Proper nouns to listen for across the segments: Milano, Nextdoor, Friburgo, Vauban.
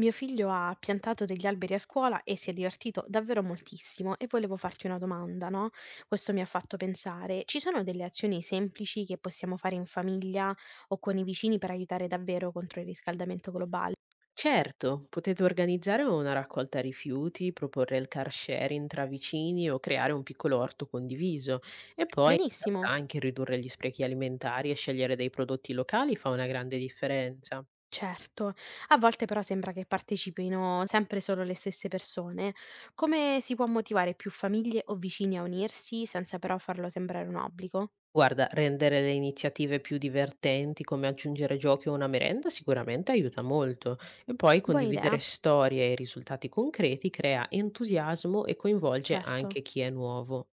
Mio figlio ha piantato degli alberi a scuola e si è divertito davvero moltissimo e volevo farti una domanda, no? Questo mi ha fatto pensare, ci sono delle azioni semplici che possiamo fare in famiglia o con i vicini per aiutare davvero contro il riscaldamento globale? Certo, potete organizzare una raccolta rifiuti, proporre il car sharing tra vicini o creare un piccolo orto condiviso. E poi in realtà Benissimo, anche ridurre gli sprechi alimentari e scegliere dei prodotti locali fa una grande differenza. certo. A volte però sembra che partecipino sempre solo le stesse persone. Come si può motivare più famiglie o vicini a unirsi senza però farlo sembrare un obbligo? Guarda, rendere le iniziative più divertenti, come aggiungere giochi o una merenda, sicuramente aiuta molto. E poi Buona condividere idea, storie e risultati concreti crea entusiasmo e coinvolge certo. anche chi è nuovo.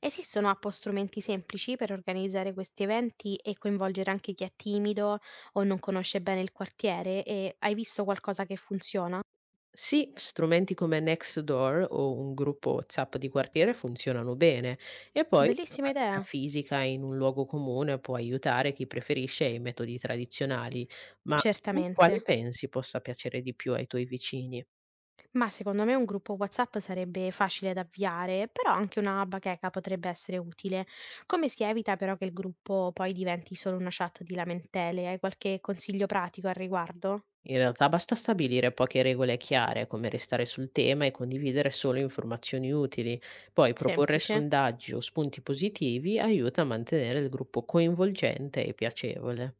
Esistono app o strumenti semplici per organizzare questi eventi e coinvolgere anche chi è timido o non conosce bene il quartiere? E hai visto qualcosa che funziona? Sì, strumenti come Nextdoor o un gruppo WhatsApp di quartiere funzionano bene e poi una Bellissima pratica idea. fisica in un luogo comune può aiutare chi preferisce i metodi tradizionali, ma tu Certamente. quale pensi possa piacere di più ai tuoi vicini? Ma secondo me un gruppo WhatsApp sarebbe facile da avviare, però anche una bacheca potrebbe essere utile. Come si evita però che il gruppo poi diventi solo una chat di lamentele? Hai qualche consiglio pratico al riguardo? In realtà basta stabilire poche regole chiare, come restare sul tema e condividere solo informazioni utili. Poi proporre Semplice. sondaggi o spunti positivi aiuta a mantenere il gruppo coinvolgente e piacevole.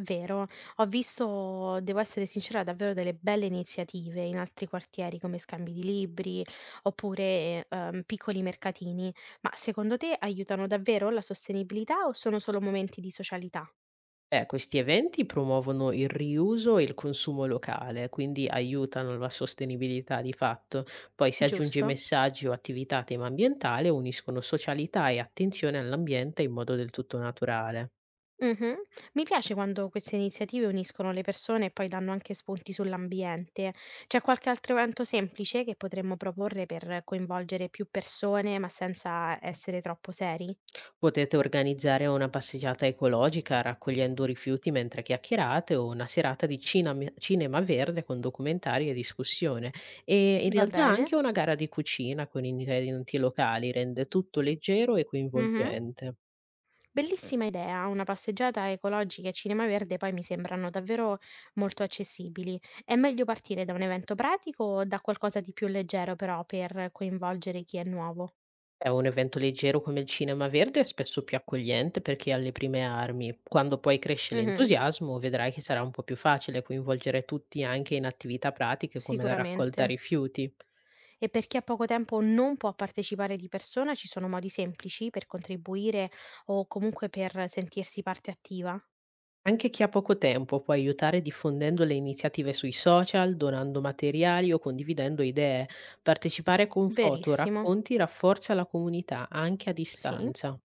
Vero. Ho visto, devo essere sincera, davvero delle belle iniziative in altri quartieri come scambi di libri oppure piccoli mercatini, ma secondo te aiutano davvero la sostenibilità o sono solo momenti di socialità? Questi eventi promuovono il riuso e il consumo locale, quindi aiutano la sostenibilità di fatto. Poi si aggiunge Giusto? messaggi o attività a tema ambientale, uniscono socialità e attenzione all'ambiente in modo del tutto naturale. Mhm. Mi piace quando queste iniziative uniscono le persone e poi danno anche spunti sull'ambiente. C'è qualche altro evento semplice che potremmo proporre per coinvolgere più persone, ma senza essere troppo seri? Potete organizzare una passeggiata ecologica raccogliendo rifiuti mentre chiacchierate o una serata di cinema verde con documentari e discussione. E in Va realtà bene? anche una gara di cucina con ingredienti locali rende tutto leggero e Mhm. coinvolgente. Bellissima idea, una passeggiata ecologica e cinema verde poi mi sembrano davvero molto accessibili. È meglio partire da un evento pratico o da qualcosa di più leggero però per coinvolgere chi è nuovo? È un evento leggero come il Cinema Verde è spesso più accogliente per chi ha le prime armi. Quando poi cresce Mhm, l'entusiasmo, vedrai che sarà un po' più facile coinvolgere tutti anche in attività pratiche come la sicuramente. raccolta rifiuti. E per chi ha poco tempo o non può partecipare di persona, ci sono modi semplici per contribuire o comunque per sentirsi parte attiva? Anche chi ha poco tempo può aiutare diffondendo le iniziative sui social, donando materiali o condividendo idee. Partecipare con foto o Verissimo, racconti rafforza la comunità anche a sì. distanza.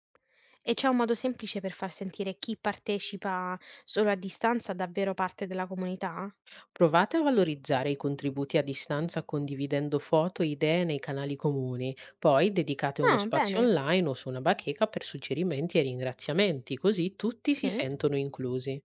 E c'è un modo semplice per far sentire chi partecipa solo a distanza davvero parte della comunità? Provate a valorizzare i contributi a distanza condividendo foto e idee nei canali comuni, poi dedicate uno Ah, spazio bene. online o su una bacheca per suggerimenti e ringraziamenti, così tutti si Sì. sentono inclusi.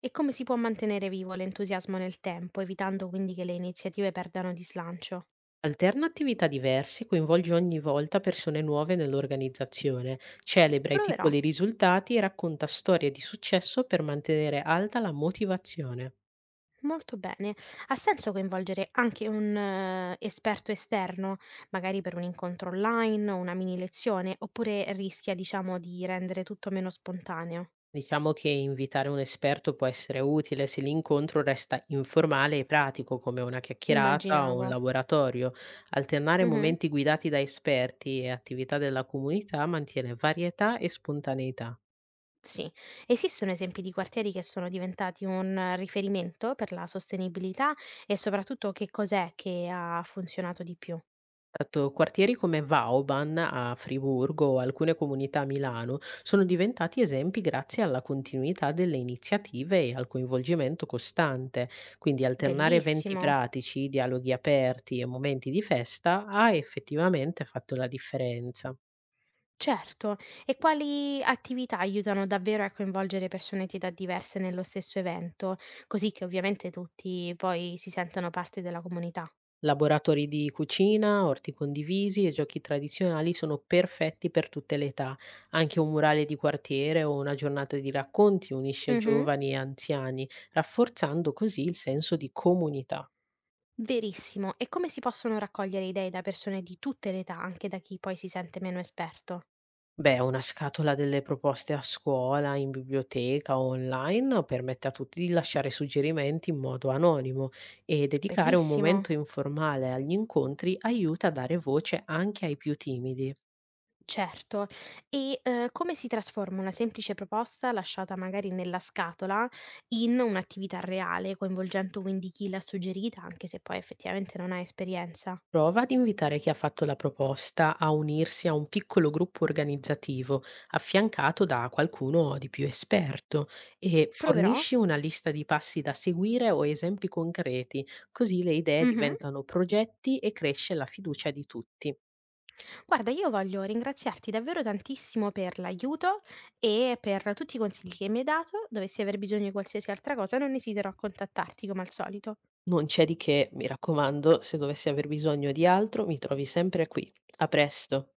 E come si può mantenere vivo l'entusiasmo nel tempo, evitando quindi che le iniziative perdano di slancio? Alterna attività diverse, coinvolge ogni volta persone nuove nell'organizzazione, celebra i Proverò. piccoli risultati e racconta storie di successo per mantenere alta la motivazione. Molto bene. Ha senso coinvolgere anche un esperto esterno, magari per un incontro online o una mini lezione, oppure rischia, diciamo, di rendere tutto meno spontaneo? Diciamo che invitare un esperto può essere utile se l'incontro resta informale e pratico, come una chiacchierata o un Immaginavo. laboratorio. Alternare Mhm. momenti guidati da esperti e attività della comunità mantiene varietà e spontaneità. Sì. Esistono esempi di quartieri che sono diventati un riferimento per la sostenibilità e soprattutto che cos'è che ha funzionato di più? Certo, quartieri come Vauban a Friburgo o alcune comunità a Milano sono diventati esempi grazie alla continuità delle iniziative e al coinvolgimento costante. Quindi alternare eventi Bellissimo, pratici, dialoghi aperti e momenti di festa ha effettivamente fatto la differenza. certo. E quali attività aiutano davvero a coinvolgere persone di età diverse nello stesso evento, così che ovviamente tutti poi si sentano parte della comunità? Laboratori di cucina, orti condivisi e giochi tradizionali sono perfetti per tutte le età. Anche un murale di quartiere o una giornata di racconti unisce Mh-mh. giovani e anziani, rafforzando così il senso di comunità. Verissimo. E come si possono raccogliere idee da persone di tutte le età, anche da chi poi si sente meno esperto? Beh, una scatola delle proposte a scuola, in biblioteca o online permette a tutti di lasciare suggerimenti in modo anonimo e dedicare un Bellissimo. momento informale agli incontri aiuta a dare voce anche ai più timidi. Certo. E, come si trasforma una semplice proposta, lasciata magari nella scatola, in un'attività reale, coinvolgendo quindi chi l'ha suggerita, anche se poi effettivamente non ha esperienza? Prova ad invitare chi ha fatto la proposta a unirsi a un piccolo gruppo organizzativo affiancato da qualcuno di più esperto e Proverò. fornisci una lista di passi da seguire o esempi concreti, così le idee Mh-mh. diventano progetti e cresce la fiducia di tutti. Guarda, io voglio ringraziarti davvero tantissimo per l'aiuto e per tutti i consigli che mi hai dato. Dovessi aver bisogno di qualsiasi altra cosa, non esiterò a contattarti come al solito. Non c'è di che, mi raccomando, se dovessi aver bisogno di altro mi trovi sempre qui. A presto.